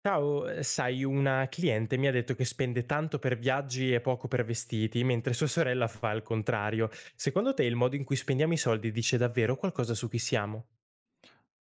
Ciao, sai, una cliente mi ha detto che spende tanto per viaggi e poco per vestiti, mentre sua sorella fa il contrario. Secondo te il modo in cui spendiamo i soldi dice davvero qualcosa su chi siamo?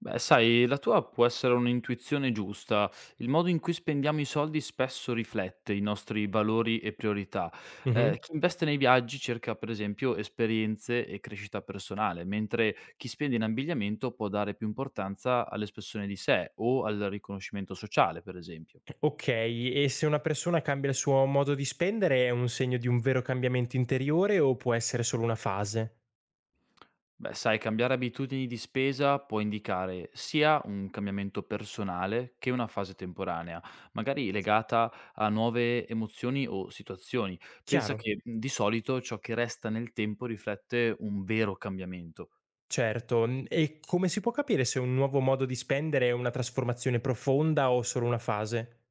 Beh, sai, la tua può essere un'intuizione giusta. Il modo in cui spendiamo i soldi spesso riflette i nostri valori e priorità. Mhm. Chi investe nei viaggi cerca, per esempio, esperienze e crescita personale, mentre chi spende in abbigliamento può dare più importanza all'espressione di sé o al riconoscimento sociale, per esempio. Ok, e se una persona cambia il suo modo di spendere è un segno di un vero cambiamento interiore o può essere solo una fase? Beh, sai, cambiare abitudini di spesa può indicare sia un cambiamento personale che una fase temporanea, magari legata a nuove emozioni o situazioni. Pensa Chiaro, che di solito ciò che resta nel tempo riflette un vero cambiamento. certo. E come si può capire se un nuovo modo di spendere è una trasformazione profonda o solo una fase?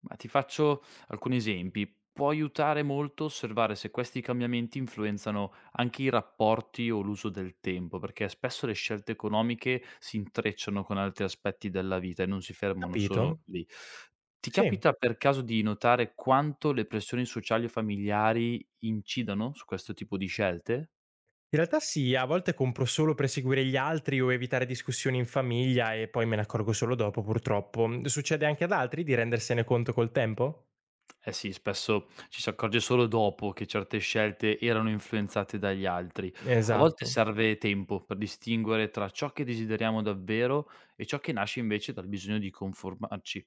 Ma ti faccio alcuni esempi. Può aiutare molto osservare se questi cambiamenti influenzano anche i rapporti o l'uso del tempo, perché spesso le scelte economiche si intrecciano con altri aspetti della vita e non si fermano Capito? solo lì. Ti Sì. capita per caso di notare quanto le pressioni sociali o familiari incidano su questo tipo di scelte? In realtà sì, a volte compro solo per seguire gli altri o evitare discussioni in famiglia e poi me ne accorgo solo dopo, purtroppo. Succede anche ad altri di rendersene conto col tempo? Eh sì, spesso ci si accorge solo dopo che certe scelte erano influenzate dagli altri. A volte Esatto, serve tempo per distinguere tra ciò che desideriamo davvero e ciò che nasce invece dal bisogno di conformarci.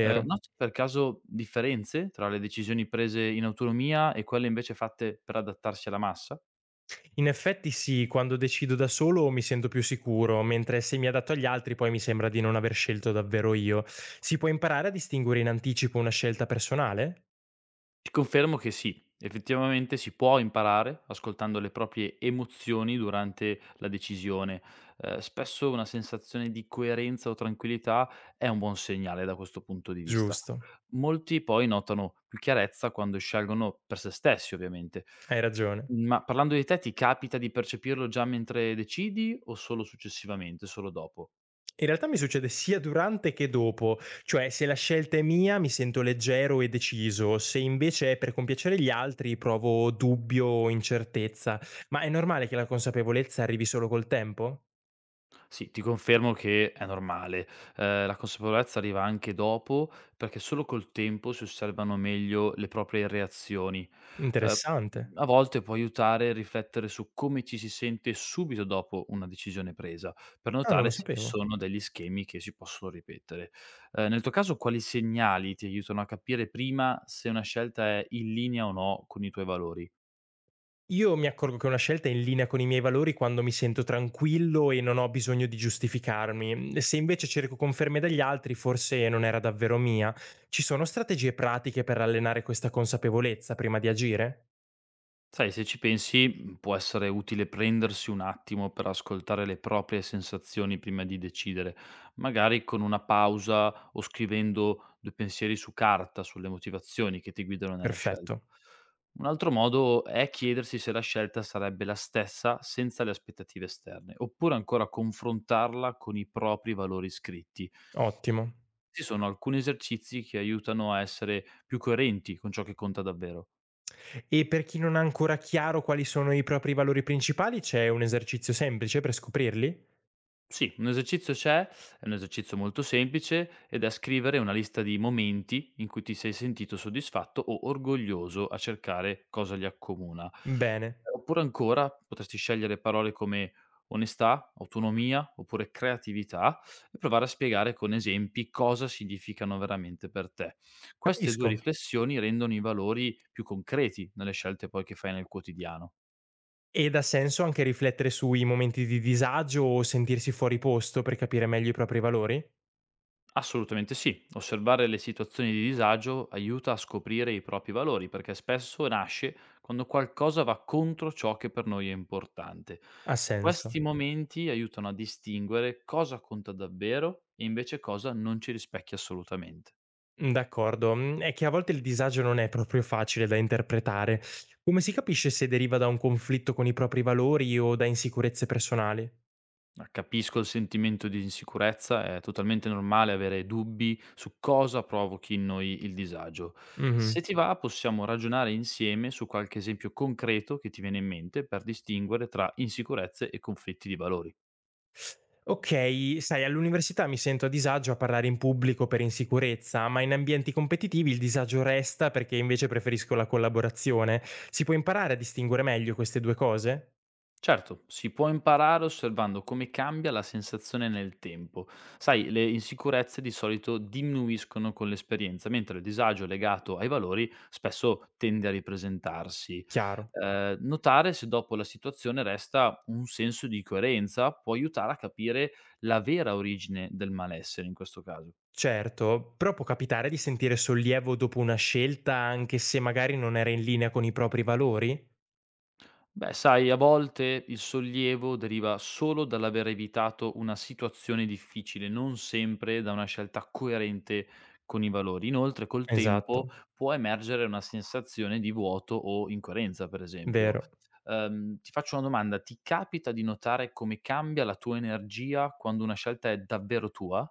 Noti per caso differenze tra le decisioni prese in autonomia e quelle invece fatte per adattarsi alla massa? In effetti sì, quando decido da solo mi sento più sicuro, mentre se mi adatto agli altri poi mi sembra di non aver scelto davvero io. Si può imparare a distinguere in anticipo una scelta personale? Ti confermo che sì, effettivamente si può imparare ascoltando le proprie emozioni durante la decisione. Spesso una sensazione di coerenza o tranquillità è un buon segnale da questo punto di vista. Giusto, Molti poi notano più chiarezza quando scelgono per se stessi ovviamente. hai ragione. Ma parlando di te, ti capita di percepirlo già mentre decidi o solo successivamente, solo dopo? In realtà mi succede sia durante che dopo, cioè se la scelta è mia mi sento leggero e deciso, se invece è per compiacere gli altri provo dubbio o incertezza. Ma è normale che la consapevolezza arrivi solo col tempo? Sì, ti confermo che è normale. La consapevolezza arriva anche dopo, perché solo col tempo si osservano meglio le proprie reazioni. Ehm, Interessante. A volte può aiutare a riflettere su come ci si sente subito dopo una decisione presa, per Ah, non lo notare se ci sapevo. sono degli schemi che si possono ripetere. Nel tuo caso quali segnali ti aiutano a capire prima se una scelta è in linea o no con i tuoi valori? Io mi accorgo che una scelta è in linea con i miei valori quando mi sento tranquillo e non ho bisogno di giustificarmi. Se invece cerco conferme dagli altri, forse non era davvero mia. Ci sono strategie pratiche per allenare questa consapevolezza prima di agire? Sai, se ci pensi, può essere utile prendersi un attimo per ascoltare le proprie sensazioni prima di decidere, magari con una pausa o scrivendo 2 pensieri su carta sulle motivazioni che ti guidano nella scelta. Perfetto. Un altro modo è chiedersi se la scelta sarebbe la stessa senza le aspettative esterne, oppure ancora confrontarla con i propri valori scritti. Ottimo. Ci sono alcuni esercizi che aiutano a essere più coerenti con ciò che conta davvero. E per chi non ha ancora chiaro quali sono i propri valori principali, c'è un esercizio semplice per scoprirli? Sì, un esercizio c'è, è un esercizio molto semplice ed è scrivere una lista di momenti in cui ti sei sentito soddisfatto o orgoglioso a cercare cosa li accomuna. Bene, Oppure ancora potresti scegliere parole come onestà, autonomia oppure creatività e provare a spiegare con esempi cosa significano veramente per te. Queste due capisco. riflessioni rendono i valori più concreti nelle scelte poi che fai nel quotidiano. Ed ha senso anche riflettere sui momenti di disagio o sentirsi fuori posto per capire meglio i propri valori? Assolutamente sì, osservare le situazioni di disagio aiuta a scoprire i propri valori perché spesso nasce quando qualcosa va contro ciò che per noi è importante. Ha senso. Questi momenti aiutano a distinguere cosa conta davvero e invece cosa non ci rispecchia assolutamente. D'accordo, è che a volte il disagio non è proprio facile da interpretare. Come si capisce se deriva da un conflitto con i propri valori o da insicurezze personali? Ma capisco il sentimento di insicurezza, è totalmente normale avere dubbi su cosa provochi in noi il disagio. Se Mhm. ti va, possiamo ragionare insieme su qualche esempio concreto che ti viene in mente per distinguere tra insicurezze e conflitti di valori. Ok, sai, all'università mi sento a disagio a parlare in pubblico per insicurezza, ma in ambienti competitivi il disagio resta perché invece preferisco la collaborazione. Si può imparare a distinguere meglio queste due cose? Certo, si può imparare osservando come cambia la sensazione nel tempo. Sai, le insicurezze di solito diminuiscono con l'esperienza, mentre il disagio legato ai valori spesso tende a ripresentarsi. Chiaro. Notare se dopo la situazione resta un senso di coerenza può aiutare a capire la vera origine del malessere in questo caso. Certo, però può capitare di sentire sollievo dopo una scelta anche se magari non era in linea con i propri valori? Beh, sai, a volte il sollievo deriva solo dall'aver evitato una situazione difficile, non sempre da una scelta coerente con i valori. Inoltre, col tempo Esatto, può emergere una sensazione di vuoto o incoerenza, per esempio. vero. Ti faccio una domanda: ti capita di notare come cambia la tua energia quando una scelta è davvero tua?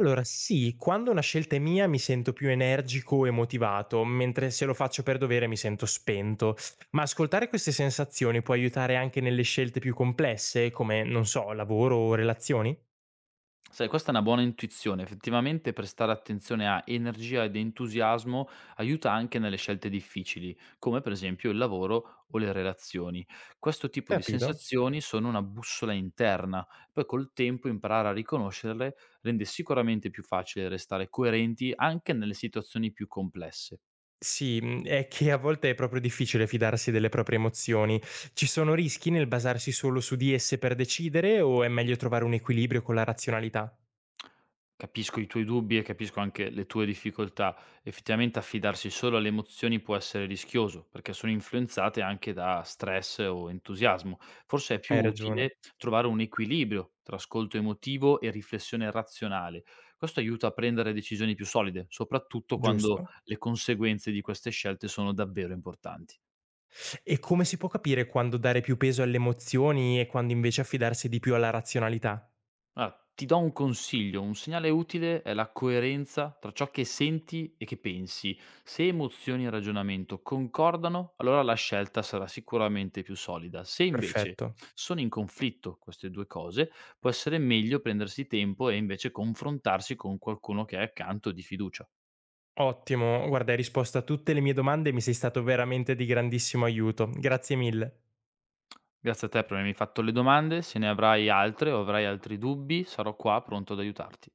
Allora, sì, quando una scelta è mia mi sento più energico e motivato, mentre se lo faccio per dovere mi sento spento. Ma ascoltare queste sensazioni può aiutare anche nelle scelte più complesse, come, non so, lavoro o relazioni? Sai, questa è una buona intuizione. Effettivamente prestare attenzione a energia ed entusiasmo aiuta anche nelle scelte difficili, come per esempio il lavoro o le relazioni. Questo tipo di Capito? sensazioni sono una bussola interna, poi col tempo imparare a riconoscerle rende sicuramente più facile restare coerenti anche nelle situazioni più complesse. Sì, è che a volte è proprio difficile fidarsi delle proprie emozioni. Ci sono rischi nel basarsi solo su di esse per decidere o è meglio trovare un equilibrio con la razionalità? Capisco i tuoi dubbi e capisco anche le tue difficoltà. Effettivamente affidarsi solo alle emozioni può essere rischioso, perché sono influenzate anche da stress o entusiasmo. Forse è più Hai ragione, utile trovare un equilibrio tra ascolto emotivo e riflessione razionale. Questo aiuta a prendere decisioni più solide, soprattutto quando giusto? le conseguenze di queste scelte sono davvero importanti. E come si può capire quando dare più peso alle emozioni e quando invece affidarsi di più alla razionalità? Allora, ti do un consiglio, un segnale utile è la coerenza tra ciò che senti e che pensi. Se emozioni e ragionamento concordano, allora la scelta sarà sicuramente più solida. Se invece Perfetto. sono in conflitto queste due cose, può essere meglio prendersi tempo e invece confrontarsi con qualcuno che è accanto di fiducia. Ottimo, guarda, hai risposto a tutte le mie domande e mi sei stato veramente di grandissimo aiuto. Grazie mille. Grazie a te per avermi fatto le domande, se ne avrai altre o avrai altri dubbi, sarò qua pronto ad aiutarti.